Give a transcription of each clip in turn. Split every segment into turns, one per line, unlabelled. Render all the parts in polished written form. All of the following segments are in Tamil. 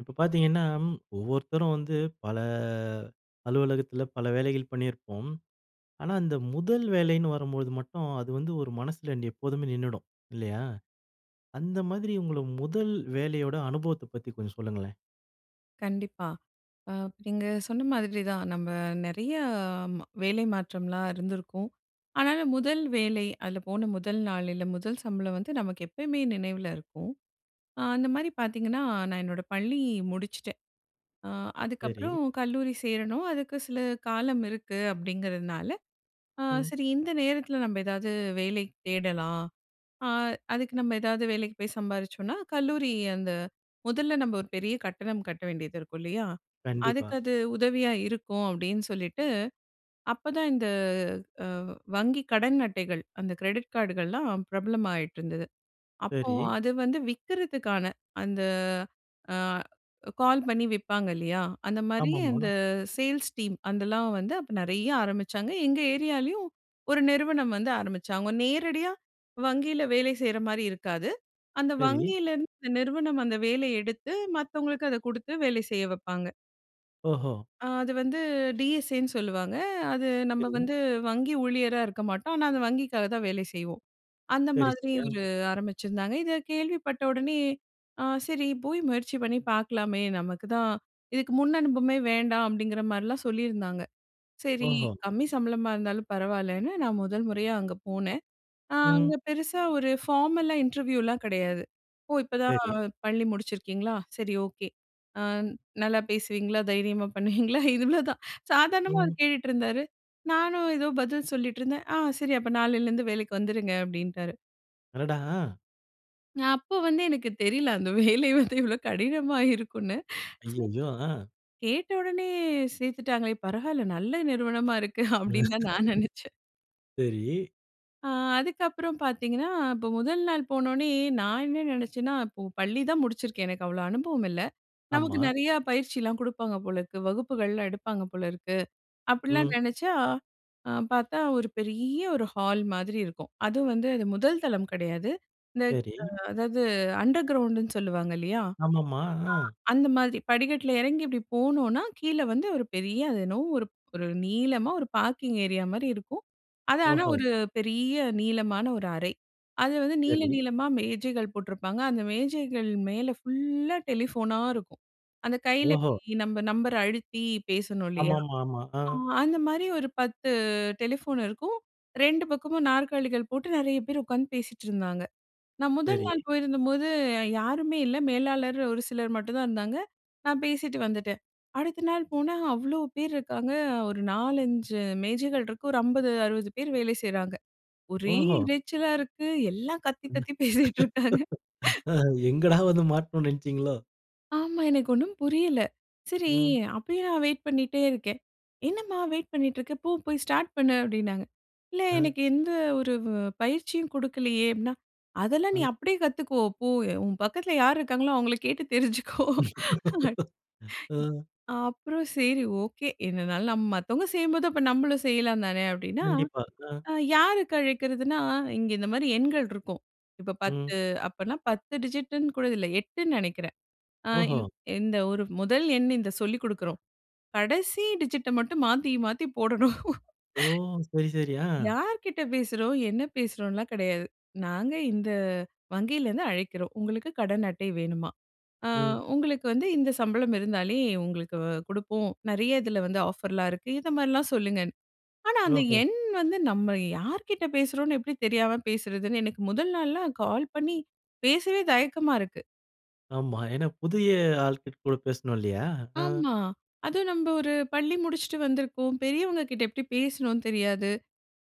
இப்ப பார்த்தீங்கன்னா, ஒவ்வொருத்தரும் வந்து பல அலுவலகத்தில பல வேலைகள் பண்ணியிருப்போம். ஆனா, அந்த முதல் வேலைன்னு வரும்போது மட்டும் அது வந்து ஒரு மனசுல நீ எப்போதுமே நின்னுடும். இல்லையா? அந்த மாதிரி உங்கள முதல் வேலையோட அனுபவத்த பத்தி கொஞ்சம் சொல்லுங்களேன்.
கண்டிப்பா. அ நீங்க சொன்ன மாதிரி தான். நம்ம நெறைய வேலை மாற்றம்லாம் இருந்திருக்கும். ஆனாலும் முதல் வேலை, அதுல போன முதல் நாள், இல்ல முதல் சம்பளம் வந்து நமக்கு எப்பயுமே நினைவுல இருக்கும். அந்த மாரி பார்த்தீங்கன்னா, நான் என்னோட பள்ளி முடிச்சுட்டேன். அ
சரி.
அதுக்கப்புறம் கல்லூரி சேரணும். அதுக்கு சில காலம் இருக்கு அப்படிங்கிறதுனால, அ
ம்.
சரி இந்த நேரத்தில நம்ம ஏதாவது வேலை தேடலாம். ஆ, அதுக்கு நம்ம ஏதாவது வேலைக்கு போய் சம்பாரிச்சோம்னா, கல்லூரி அந்த முதல்ல நம்ம ஒரு பெரிய கட்டணம் கட்ட வேண்டியது இருக்கும் இல்லையா?
கண்டிப்பா.
அதுக்கு அது உதவியா இருக்கும் அப்படின்னு சொல்லிட்டு, அப்பதான் இந்த அ வங்கி கடன் அட்டைகள், அந்த கிரெடிட் கார்டுகள்லாம் பிரபலமாயிட்டு இருந்தது. அப்போ
சரி.
அது வந்து விக்கிறதுக்கான அந்த அ கால் பண்ணி விப்பாங்க இல்லையா? அந்த மாரி
ஆமாமா.
அந்த சேல்ஸ் டீம் அதெல்லாம் வந்து அப்ப நெறைய ஆரம்பிச்சாங்க. எங்க ஏரியாலயும் ஒரு நிறுவனம் வந்து ஆரம்பிச்சாங்க. நேரடியா வங்கியில வேலை செய்ற மாரி இருக்காது. அந்த
சரி.
வங்கியிலருந்து இந்த நிறுவனம் அந்த வேலைய எடுத்து மத்தவங்களுக்கு அத குடுத்து வேலை செய்ய வைப்பாங்க.
ஓஹோ!
அது வந்து டிஎஸ்ஏன்னு சொல்லுவாங்க. அது நம்ம
சரி.
வந்து வங்கி ஊழியரா இருக்க மாட்டோம். ஆனா அந்த வங்கிக்காக தான் வேலை செய்வோம். அந்த
சரி,
மாதிரி
சரி. ஆ.
ஒரு ஆரம்பிச்சிருந்தாங்க. இத கேள்விப்பட்ட உடனே, ஆ சரி போய் முயற்சி பண்ணி பார்க்கலாமே! நமக்கு தான் இதுக்கு முன் அனுபவமே வேண்டாம் அப்டிங்கிற மாரிலாம் சொல்லியிருந்தாங்க. சரி
ஓஹோ!
கம்மி சம்பளமா இருந்தாலும் பரவாயில்லன்னு நான் முதல் முறையா அங்க போனேன். ஆ
ம்.
அங்க பெருசா ஒரு ஃபார்மலா இன்டர்வியூலாம் கிடையாது. ஓ! இப்பதான்
சரி.
பள்ளி முடிச்சிருக்கீங்களா? சரி ஓகே. ஆ நல்லா பேசுவீங்களா? தைரியமா பண்ணுவீங்களா? இவ்ளோதான். சாதாரணமா அவரு
ம்.
கேட்டுட்டு இருந்தாரு. நானும் ஏதோ பதில் சொல்லிட்டு இருந்தேன். ஆ சரி அப்ப நாளைலருந்து வேலைக்கு வந்துருங்க அப்டின்ட்டாரு.
அடடா! ஆ.
நான் அப்போ வந்து எனக்கு தெரியல. அந்த வேலை வந்து இவ்ளோ கடினமா இருக்கும்ன்னு. சரி
ஐயய்யோ! ஆ.
கேட்ட உடனே சேர்த்துட்டாங்களே! பரவால்ல நல்ல நிறுவனமா இருக்கு அப்படின்னு தான் நான் நெனச்சேன்.
சரி.
ஆ அதுக்கப்புறம் பார்த்தீங்கன்னா, இப்போ முதல் நாள் போனோனே நான் என்ன நெனச்சேன்னா, இப்போ பள்ளி தான் முடிச்சிருக்கேன். எனக்கு அவ்வளோ அனுபவம் இல்ல. நமக்கு
ஆமா.
நெறையா பயிற்சிலாம் குடுப்பாங்க போல இருக்கு. வகுப்புகள்லாம் எடுப்பாங்க போல இருக்கு. அப்படிலாம்
ம்.
நெனச்சா, பார்த்தா ஒரு பெரிய ஒரு ஹால் மாதிரி இருக்கும். அதுவும் வந்து அது முதல் தளம் கிடையாது. இந்த
சரி.
அதாவது அண்டர் கிரவுண்டுன்னு சொல்லுவாங்க இல்லையா?
ஆமாமா. ஆ.
அந்த மாதிரி படிக்கட்டில இறங்கி இப்படி போனோம்னா, கீழ வந்து ஒரு பெரிய அது என்னவோ ஒரு ஒரு நீளமா ஒரு பார்க்கிங் ஏரியா மாரி இருக்கும். அது ஆனா சரி.
ஓஹோ!
ஒரு பெரிய நீளமான ஒரு அறை. அது வந்து நீள
சரி.
நீளமா மேஜைகள் போட்டிருப்பாங்க. அந்த மேஜைகள் மேல ஃபுல்லா டெலிஃபோனா இருக்கும். அந்த கையில
ஓஹோ!
இப்படி நம்ம நம்பர் அழுத்தி பேசணும் இல்லையா?
ஆமாமா, ஆமா. ஆ
அ அந்த மாரி ஒரு 10 டெலிஃபோன் இருக்கும். 2 பக்கமும் நாற்காலிகள் போட்டு நெறைய பேர் உட்கார்ந்து பேசிட்டு இருந்தாங்க. நான் முதல்
சரி.
நாள் போயிருந்தபோது யாருமே இல்ல. மேலாளர் ஒரு சிலர் மட்டும் தான் இருந்தாங்க. நான் பேசிட்டு வந்துட்டேன். அடுத்த நாள் போனா அவ்ளோ பேர் இருக்காங்க. ஒரு 4, 5 மேஜைகள் இருக்கு. ஒரு 50, 60 பேர் வேலை செய்றாங்க. ஒரே
ஓஹோ!
இரைச்சலா இருக்கு. எல்லாம் கத்தி கத்தி பேசிட்டு இருக்காங்க.
அஹ எங்கடா வந்து மாட்டணும்னு நெனச்சீங்களோ?
ஆமா. எனக்கு ஒண்ணும் புரியல. சரி,
ம்.
அப்பயும் நான் வெயிட் பண்ணிட்டே இருக்கேன். "என்னம்மா வெயிட் பண்ணிட்டு இருக்க? போ போய் ஸ்டார்ட் பண்ணு" அப்படின்னாங்க. "இல்ல
அ,
எனக்கு எந்த ஒரு பயிற்சியும் குடுக்கலையே" அப்படின்னா, "அதெல்லாம்
அ,
நீ அப்படியே கத்துக்கோ. போ உன் பக்கத்துல யார் இருக்காங்களோ அவங்கள கேட்டு தெரிஞ்சுக்கோ."
அ.
அப்புறம் சரி ஓகே. என்னனாலும் நம்ம மத்தவங்க செய்யும்போது அப்ப நம்மளும் செய்யலாம் தானே அப்படின்னா,
கண்டிப்பா. அ,
யாருக்கு அழைக்கிறதுன்னா, இங்க இந்த மாரி எண்கள் இருக்கும். இப்ப
ம்.
10 அப்பன்னா 10 டிஜிட்டுன்னு கூட இல்ல 8ன்னு நெனைக்கிறேன். ஆ
ஓஹோ!
இந்த ஒரு முதல் எண் இந்த சொல்லிக் குடுக்குறோம். கடைசி டிஜிட்ட மட்டும் மாத்தி மாத்தி போடணும்.
ஓ! சரி, சரி. ஆ.
யார்கிட்ட பேசுறோம், என்ன பேசுறோம்லாம் கிடையாது. நாங்க இந்த வங்கியிலேருந்து அழைக்கிறோம். உங்களுக்கு கடன் அட்டை வேணுமா? ஆ
ம்.
உங்களுக்கு வந்து இந்த சம்பளம் இருந்தாலே உங்களுக்கு குடுப்போம். நெறைய இதில வந்து ஆஃபர்லாம் இருக்கு. இந்த மாரிலாம் சொல்லுங்கன்னு. ஆனா அந்த
ஓஹோ!
எண் வந்து நம்ம யார்கிட்ட பேசுறோம்னு எப்படி தெரியாம பேசுறதுன்னு எனக்கு முதல் நாள்லாம் கால் பண்ணி பேசவே தயக்கமா இருக்கு.
ஆமா. ஏன்னா புதிய ஆட்கள் கூட பேசணும் இல்லையா? அ,
ஆமா. அதுவும் நம்ப ஒரு பள்ளி முடிச்சுட்டு வந்திருக்கோம். பெரியவங்க கிட்ட எப்படி பேசணும்னு தெரியாது.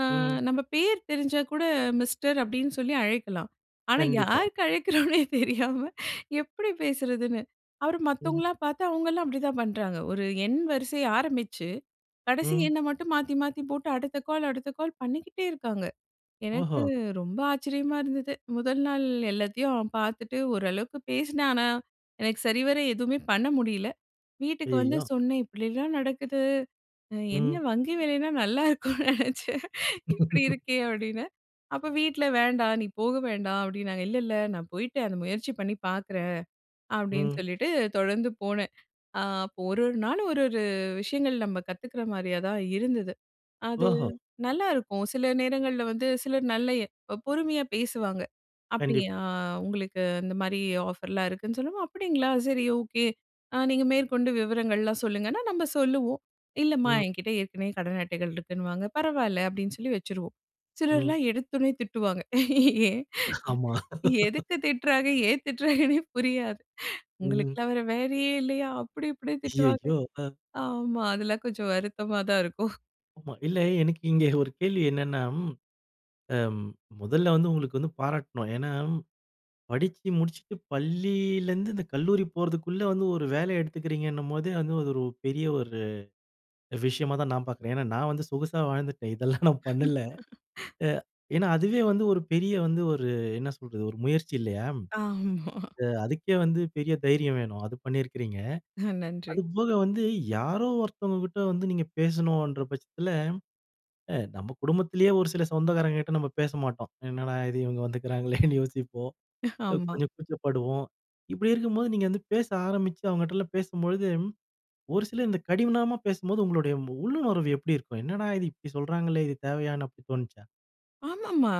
ஆ
ம்.
நம்ம பேர் தெரிஞ்சா கூட மிஸ்டர் அப்படின்னு சொல்லி அழைக்கலாம். ஆனா
கண்டிப்பா.
யாருக்கு அழைக்கிறோம்னே தெரியாம எப்படி பேசுறதுன்னு. அப்புறம்
ம்,
மத்தவங்களா பாத்து அவங்கலாம் அப்படிதான் பண்றாங்க. ஒரு எண் வரிசை ஆரம்பிச்சு, கடைசி
ம்.
எண்ண மட்டும் மாத்தி மாத்தி போட்டு அடுத்த கால், அடுத்த கால் பண்ணிக்கிட்டே இருக்காங்க. எனக்கு
ஓஹோ!
ரொம்ப ஆச்சரியமா இருந்தது. முதல் நாள் எல்லாத்தையும் பாத்துட்டு ஓரளவுக்கு பேசினேன். ஆனா எனக்கு சரிவர எதுவுமே பண்ண முடியல. வீட்டுக்கு வந்து
ஐயய்யோ!
சொன்னேன், "இப்படிலாம் நடக்குது. என்ன
ம்,
வங்கி வேலைன்னா நல்லா இருக்கும்னு நெனச்சேன். இப்படி இருக்கே!" அப்படின்னு. அப்ப வீட்ல வேண்டாம், நீ போக வேண்டாம் அப்படின்னாங்க. "இல்ல, இல்ல நான் போயிட்டு அந்த முயற்சி பண்ணி பார்க்குறேன்" அப்படின்னு
ம்.
சொல்லிட்டு தொடர்ந்து போனேன். அப்போ ஒரு ஒரு நாள் ஒரு ஒரு விஷயங்கள் நம்ம கத்துக்கிற மாரியா தான் இருந்தது. அது
ஓஹோ!
நல்லா இருக்கும். சில நேரங்கள்ல வந்து சிலர் நல்ல பொறுமையா பேசுவாங்க. "அப்படியா?
கண்டிப்பா.
உங்களுக்கு இந்த மாரி ஆஃபர்லாம் இருக்குன்னு" சொல்லுவோம். "அப்படிங்களா? சரி ஓகே. நீங்க மேற்கொண்டு விவரங்கள்லாம் சொல்லுங்கன்னா" நம்ம சொல்லுவோம். "இல்லம்மா
ம்,
என்கிட்ட ஏற்கனவே கடன் அட்டைகள் இருக்குன்னுவாங்க." "பரவால்ல" அப்படின்னு சொல்லி வச்சுருவோம்.
ம்.
சிலர்லாம் எடுத்தோனே திட்டுவாங்க. ஏன்
ஆமா.
எதுக்கு திட்டுறாங்க? ஏன் திட்டுறாங்கன்னே புரியாது.
ம்.
"உங்களுக்கெல்லாம் வேற வேலையே இல்லையா?" அப்படி இப்படி திட்டுவாங்க.
ஐயய்யோ! அ,
ஆமா. அதெல்லாம் கொஞ்சம் வருத்தமா தான் இருக்கும்.
ஆமா. இல்ல எனக்கு இங்க ஒரு கேள்வி என்னன்னா அம் முதல்ல வந்து உங்களுக்கு வந்து பாராட்டணும். ஏன்னா, படிச்சு முடிச்சுட்டு பள்ளியிலேருந்து இந்த கல்லூரி போறதுக்குள்ள வந்து ஒரு வேலை எடுத்துக்கிறீங்கன்னும் போதே வந்து அது ஒரு பெரிய ஒரு விஷயமா தான் நான் பார்க்குறேன். ஏன்னா நான் வந்து சொகுசா வாழ்ந்துட்டேன். இதெல்லாம் நான் பண்ணல. அ ஏன்னா அதுவே வந்து ஒரு பெரிய வந்து ஒரு என்ன சொல்றது? ஒரு முயற்சி இல்லையா?
ஆமா.
அதுக்கே வந்து பெரிய தைரியம் வேணும். அது பண்ணியிருக்கிறீங்க.
நன்றி.
அதுபோக வந்து யாரோ ஒருத்தவங்க கிட்ட வந்து நீங்க பேசணுன்ற பட்சத்தில, நம்ம குடும்பத்திலேயே ஒரு சில சொந்தக்காரங்க கிட்ட நம்ம பேச மாட்டோம். என்னடா இது இவங்க வந்துக்கிறாங்களேன்னு யோசிப்போம்.
ஆமா.
கொஞ்சம் கூச்சப்படுவோம். இப்படி இருக்கும்போது நீங்க வந்து பேச ஆரம்பிச்சு அவங்கட்டலாம் பேசும்பொழுது, ஒரு சிலர் இந்த கடினமா பேசும்போது உங்களுடைய உள்ளுணர்வு எப்படி இருக்கும்? என்னடா இது இப்படி சொல்றாங்களே! இது தேவையான்னு அப்படி தோணுச்சா?
ஆமாமா.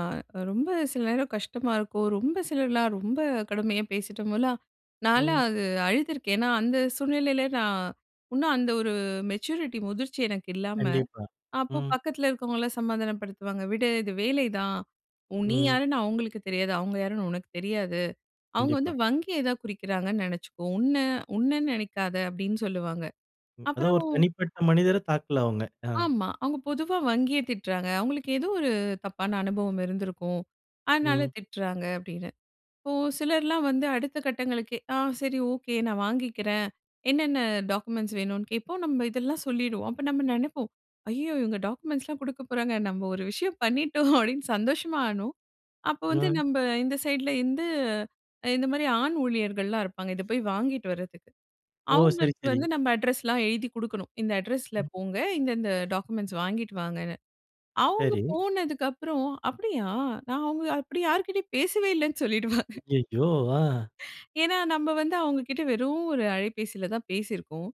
ரொம்ப சில நேரம் கஷ்டமா இருக்கும். ரொம்ப சிலர்லாம் ரொம்ப கடுமையா பேசிட்ட போலாம், நான்லாம்
ம்.
அது அழுதுருக்கேன். ஏன்னா, அந்த சூழ்நிலையில நான் இன்னும் அந்த ஒரு மெச்சூரிட்டி முதிர்ச்சி எனக்கு இல்லாம,
கண்டிப்பா.
அப்போ
ம்.
பக்கத்துல இருக்கவங்கலாம் சமாதானப்படுத்துவாங்க. "விடு இது வேலைதான். நீ
ம்.
யாருன்னு அவங்களுக்கு தெரியாது. அவங்க யாருன்னு உனக்கு தெரியாது. அவங்க வந்து
கண்டிப்பா.
வங்கிய தான் குறிக்கிறாங்கன்னு நெனச்சுக்கோ. உன்னன்னு நெனைக்காத" அப்படின்னு சொல்லுவாங்க.
ம். அதான்
அப்புறம்
ஒரு தனிப்பட்ட மனிதர தாக்கல அவங்க. ஆ.
ஆமா. அவங்க பொதுவா வங்கிய திட்டுறாங்க. அவங்களுக்கு ஏதோ ஒரு தப்பான அனுபவம் இருந்திருக்கும். அதனால
ம்.
திட்டுறாங்க அப்படின்னு. இப்போ சிலர்லாம் வந்து அடுத்த கட்டங்களுக்கு, ஆ சரி ஓகே நான் வாங்கிக்கிறேன். என்னென்ன டாக்குமெண்ட்ஸ் வேணும்னு கேட்போம். நம்ம இதெல்லாம் சொல்லிடுவோம். அப்ப நம்ம நினைப்போம். ஐயோ! இவங்க டாக்குமெண்ட்ஸ்லாம் குடுக்க போறாங்க. நம்ம ஒரு விஷயம் பண்ணிட்டோம் அப்படின்னு சந்தோஷமா ஆனோம். அப்போ
ஆ.
வந்து நம்ம இந்த சைட்ல இருந்து இந்த மாதிரி ஆண் ஊழியர்கள்லாம் இருப்பாங்க. இத போய் வாங்கிட்டு வர்றதுக்கு.
ஓ! சரி,
அவங்களுக்கு
சரி.
வந்து நம்ம அட்ரஸ்லாம் எழுதி குடுக்கணும். இந்த அட்ரஸ்ல
ம்.
போங்க. இந்த இந்த டாக்குமெண்ட்ஸ் வாங்கிட்டு வாங்கன்னு. அவங்க
சரி.
போனதுக்கப்புறம், "அப்படியா? நான் அவங்க அப்படி யார்கிட்டயும் பேசவே இல்லன்னு" சொல்லிடுவாங்க.
ஐயய்யோ! ஆ.
ஏன்னா நம்ம வந்து அவங்க கிட்ட வெறும் ஒரு அலைபேசியில தான் பேசியிருக்கோம்.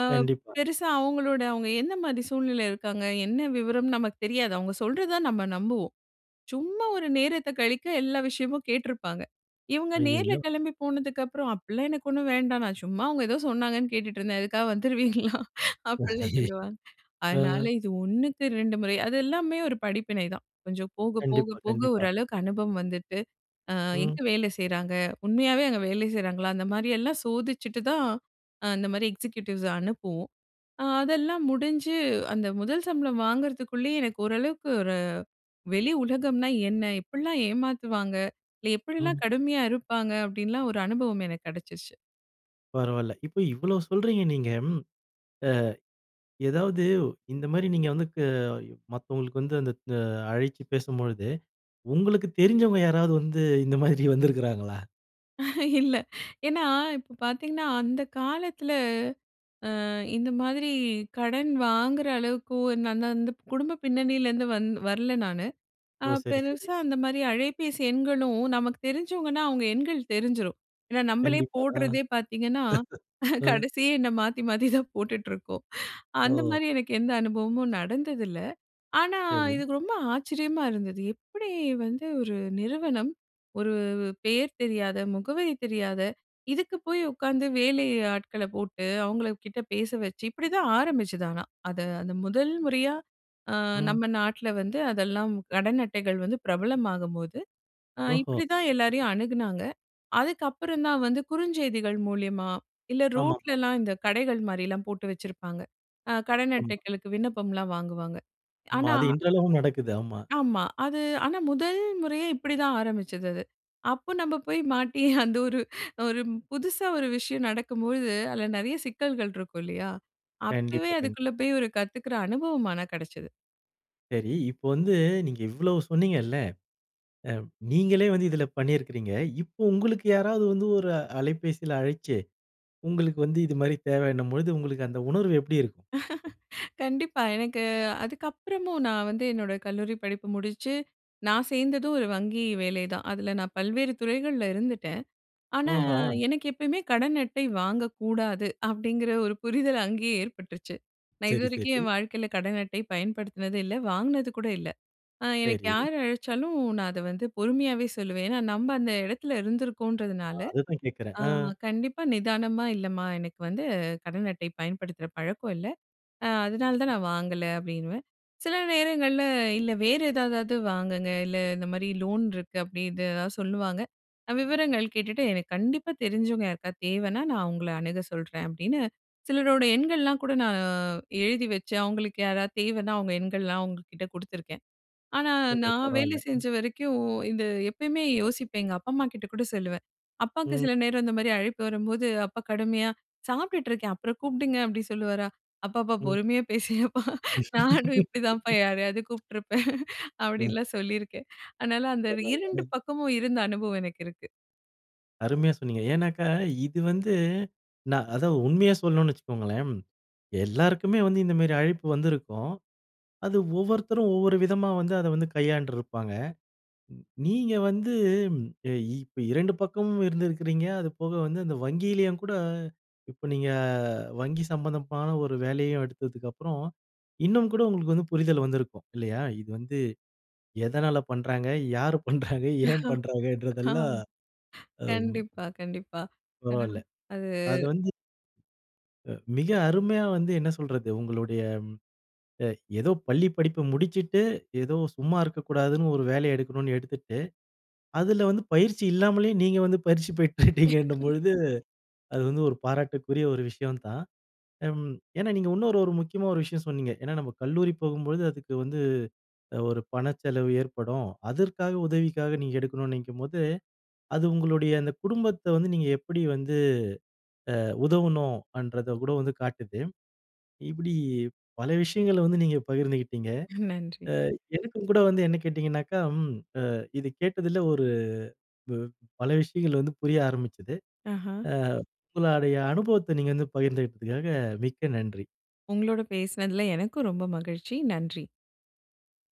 அ
கண்டிப்பா.
பெருசா அவங்களோட அவங்க என்ன மாரி சூழ்நிலையில இருக்காங்க? என்ன விவரம்னு நமக்கு தெரியாது. அவங்க சொல்றத தான் நம்ம நம்புவோம். சும்மா ஒரு நேரத்த கழிக்க எல்லா விஷயமும் கேட்டிருப்பாங்க. இவங்க நேர்ல
ஐயய்யோ!
கிளம்பி போனதுக்கப்புறம், "அப்பலாம் எனக்கு ஒண்ணும் வேண்டாம். நான் சும்மா அவங்க ஏதோ சொன்னாங்கன்னு கேட்டுட்டுருந்தேன். அதுக்காக வந்துருவீங்களா?" அப்படிலாம் சொல்லுவாங்க.
ஆ.
அதனால இது 1க்கு 2 முறை அது எல்லாமே ஒரு படிப்பினை தான். கொஞ்சம் போக போக
கண்டிப்பா,
போக
கண்டிப்பா.
ஓரளவுக்கு அனுபவம் வந்துட்டு, அ எங்க
ம்.
வேலை செய்றாங்க? உண்மையாவே அங்க வேலை செய்றாங்களா? அந்த மாரி எல்லாம் சோதிச்சுட்டு தான் இந்த மாரி எக்ஸிக்யூட்டிவ்ஸ அனுப்புவோம். அதெல்லாம் முடிஞ்சு அந்த முதல் சம்பளம் வாங்குறதுக்குள்ளயே எனக்கு ஓரளவுக்கு வெளி உலகம்னா என்ன? எப்படிலாம் ஏமாத்துவாங்க? இல்ல எப்படிலாம்
ம்.
கடுமையா இருப்பாங்க? அப்படின்லாம் ஒரு அனுபவம் எனக்கு கிடைச்சிருச்சு.
பரவால்ல. இப்போ இவ்வளோ சொல்றீங்க நீங்க. ம், ஏதாவது இந்த மாரி நீங்க வந்து மத்தவங்களுக்கு வந்து அந்த அ அழைச்சு பேசும்பொழுது, உங்களுக்கு தெரிஞ்சவங்க யாராவது வந்து இந்த மாதிரி வந்திருக்கிறாங்களா?
இல்ல. ஏன்னா, இப்ப பார்த்தீங்கன்னா, அந்த காலத்துல இந்த மாதிரி கடன் வாங்குற அளவுக்கு ஒரு நான் அந்த அந்த குடும்ப பின்னணியிலேருந்து வரல நானு.
ஓ! சரி, சரி.
பெருசா அந்த மாரி அழைபேசி எண்களும் நமக்கு தெரிஞ்சவங்கன்னா அவங்க எண்கள் தெரிஞ்சிரும். ஏன்னா நம்மளே
கண்டிப்பா. ஆ,
போடுறதே பார்த்தீங்கன்னா,
ஆ.
கடைசியே என்ன மாத்தி மாத்தி தான் போட்டுட்டுருக்கோம்.
ஓ!
அந்த மாரி எனக்கு எந்த அனுபவமும் நடந்ததில்ல. ஆனா,
சரி.
இதுக்கு ரொம்ப ஆச்சரியமா இருந்தது. எப்படி வந்து ஒரு நிறுவனம், ஒரு பெயர் தெரியாத, முகவரி தெரியாத, இதுக்கு போய் உட்காந்து வேலை ஆட்கள போட்டு, அவங்ககிட்ட பேச வச்சு, இப்படிதான் ஆரம்பிச்சது ஆனா. அது அந்த முதல் முறையா அ
ம்.
நம்ம நாட்ல வந்து அதெல்லாம் கடன் அட்டைகள் வந்து பிரபலமாகும்போது,
ஓஹோ!
இப்படிதான் எல்லாரையும் அணுகுனாங்க. அதுக்கப்புறம் தான் வந்து குறுஞ்செய்திகள் மூலியமா, இல்ல
ஆமாமா.
ரோட்லலாம் இந்த கடைகள் மாரிலாம் போட்டு வச்சிருப்பாங்க. கடன்
ஆமா. ஆமா.
அட்டைகளுக்கு விண்ணப்பம்லாம் வாங்குவாங்க.
ஆமா
ஆனா
அது இன்றளவும் நடக்குது. ஆமா.
ஆமா. அது ஆனா முதல் முறையே இப்படிதான் ஆரம்பிச்சது அது. அப்போ நம்ம போய் மாட்டி அந்த ஒரு ஒரு புதுசா ஒரு விஷயம் நடக்கும்பொழுது, அதுல நெறைய சிக்கல்கள் இருக்கும் இல்லையா? அப்பவே
கண்டிப்பா,
அதுக்குள்ள
கண்டிப்பா.
போய் ஒரு கத்துக்கிற அனுபவம் ஆனா கிடைச்சது.
சரி, இப்போ வந்து நீங்க இவ்வளவு சொன்னீங்கல்ல, நீங்களே வந்து இதில பண்ணியிருக்கிறீங்க. இப்போ உங்களுக்கு யாராவது வந்து ஒரு அலைபேசியில அழைச்சு, உங்களுக்கு வந்து இது மாரி தேவைன்னும் பொழுது, உங்களுக்கு அந்த உணர்வு எப்படி இருக்கும்?
கண்டிப்பா. எனக்கு அதுக்கப்புறமும் நான் வந்து என்னோட கல்லூரி படிப்பு முடிச்சு, நான் சேர்ந்ததும் ஒரு வங்கி வேலை தான். அதுல நான் பல்வேறு துறைகள்ல இருந்துட்டேன். ஆனா,
ஓஹோ!
எனக்கு எப்பயுமே கடன் அட்டை வாங்கக்கூடாது அப்படிங்கிற ஒரு புரிதல் அங்கேயே ஏற்பட்டுருச்சு. நான்
சரி,
இதுவரைக்கும்
சரி,
என் வாழ்க்கையில கடன் அட்டை பயன்படுத்தினது இல்ல. வாங்கினது கூட இல்ல. எனக்கு
சரி.
யார் அழைச்சாலும் நான் அத வந்து பொறுமையாவே சொல்லுவேன். ஏன்னா, நம்ம அந்த இடத்துல இருந்திருக்கோன்றதுனால,
அதுதான் கேட்கிறேன்.
அ
ஆ.
கண்டிப்பா நிதானமா இல்லம்மா எனக்கு வந்து கடன் அட்டை பயன்படுத்துற பழக்கம் இல்ல. அதனால தான் நான் வாங்கல அப்படின்னுவேன். சில நேரங்கள்ல இல்ல வேற ஏதாவது வாங்குங்க. இல்ல இந்த மாரி லோன் இருக்கு அப்படி இது ஏதாவது சொல்லுவாங்க. நான் விவரங்கள் கேட்டுட்டு எனக்கு கண்டிப்பா தெரிஞ்சவங்க யாருக்கா தேவைன்னா நான் உங்கள அணுக சொல்றேன் அப்படின்னு, சிலரோட எண்கள்லாம் கூட நான் எழுதி வச்சு அவங்களுக்கு யாராவது தேவைன்னா அவங்க எண்கள்லாம் அவங்க கிட்ட குடுத்துருக்கேன். ஆனா,
ஓஹோ!
நான் வேலை
பரவால்ல.
செஞ்ச வரைக்கும் இது எப்பயுமே யோசிப்பேன். எங்க அப்பா, அம்மா கிட்ட கூட சொல்லுவேன். அப்பாக்கு
ம்,
சில நேரம் இந்த மாரி அழைப்பு வரும்போது, அப்பா கடுமையா, "சாப்பிட்டுட்டு இருக்கேன், அப்புறம் கூப்பிடுங்க" அப்படி சொல்லுவாரா. "அப்பாப்பா
ம்.
பொறுமையா பேசுங்கப்பா. நானும் இப்படிதான்ப்பா யாரையாவது கூப்பிட்டுருப்பேன்"
அ
அப்படின்லாம் சொல்லியிருக்கேன். அதனால அந்த
பரவால்ல.
2 பக்கமும் இருந்த அனுபவம் எனக்கு இருக்கு.
அருமையா சொன்னீங்க. ஏன்னாக்கா, இது வந்து நான் அதாவது உண்மையா சொல்லணும்னு வச்சுக்கோங்களேன், எல்லாருக்குமே வந்து இந்த மாரி அழைப்பு வந்திருக்கும். அது ஒவ்வொருத்தரும் ஒவ்வொரு விதமா வந்து அத வந்து கையாண்டுருப்பாங்க. நீங்க வந்து ம், எ இப்ப 2 பக்கமும் இருந்திருக்கிறீங்க. அது போக வந்து அந்த வங்கியிலயும் கூட இப்ப நீங்க வங்கி சம்பந்தமான ஒரு வேலையும் எடுத்ததுக்கப்புறம், இன்னும் கூட உங்களுக்கு வந்து புரிதல் வந்திருக்கும். இல்லையா? இது வந்து எதனால பண்றாங்க? யாரு பண்றாங்க? ஏன்
ஆம்.
பண்றாங்கன்றதெல்லாம் அம்
கண்டிப்பா, கண்டிப்பா. ஆனா
பரவால்ல.
அது
அது வந்து மிக அருமையா வந்து என்ன சொல்றது, உங்களுடைய அ ஏதோ பள்ளி படிப்ப முடிச்சுட்டு, ஏதோ சும்மா இருக்கக்கூடாதுன்னு ஒரு வேலைய எடுக்கணும்னு எடுத்துட்டு, அதுல வந்து பயிற்சி இல்லாமலே நீங்க வந்து பயிற்சி பெற்றுட்டீங்கன்னும் பொழுது, அது வந்து ஒரு பாராட்டுக்குரிய ஒரு விஷயம் தான். ம் ஏன்னா நீங்க இன்னொரு ஒரு முக்கியமா ஒரு விஷயம் சொன்னீங்க. ஏன்னா நம்ம கல்லூரி போகும்பொழுது அதுக்கு வந்து ஒரு பணச்செலவு ஏற்படும். அதற்காக உதவிக்காக நீங்க எடுக்கணும்னு நினைக்கும்போது, அது உங்களுடைய அந்த குடும்பத்த வந்து நீங்க எப்படி வந்து உதவணும்ன்றத கூட வந்து காட்டுது. இப்படி பல விஷயங்கள வந்து நீங்க பகிர்ந்துக்கிட்டீங்க.
நன்றி.
எனக்கும் கூட வந்து என்ன கேட்டீங்கன்னாக்கா, ம் அ இது கேட்டதில ஒரு வ பல விஷயங்கள் வந்து புரிய ஆரம்பிச்சது.
ஆஹா.
அ உங்களுடைய அனுபவத்த நீங்க வந்து பகிர்ந்துகிட்டதுக்காக மிக்க நன்றி.
உங்களோட பேசினதுல எனக்கும் ரொம்ப மகிழ்ச்சி. நன்றி.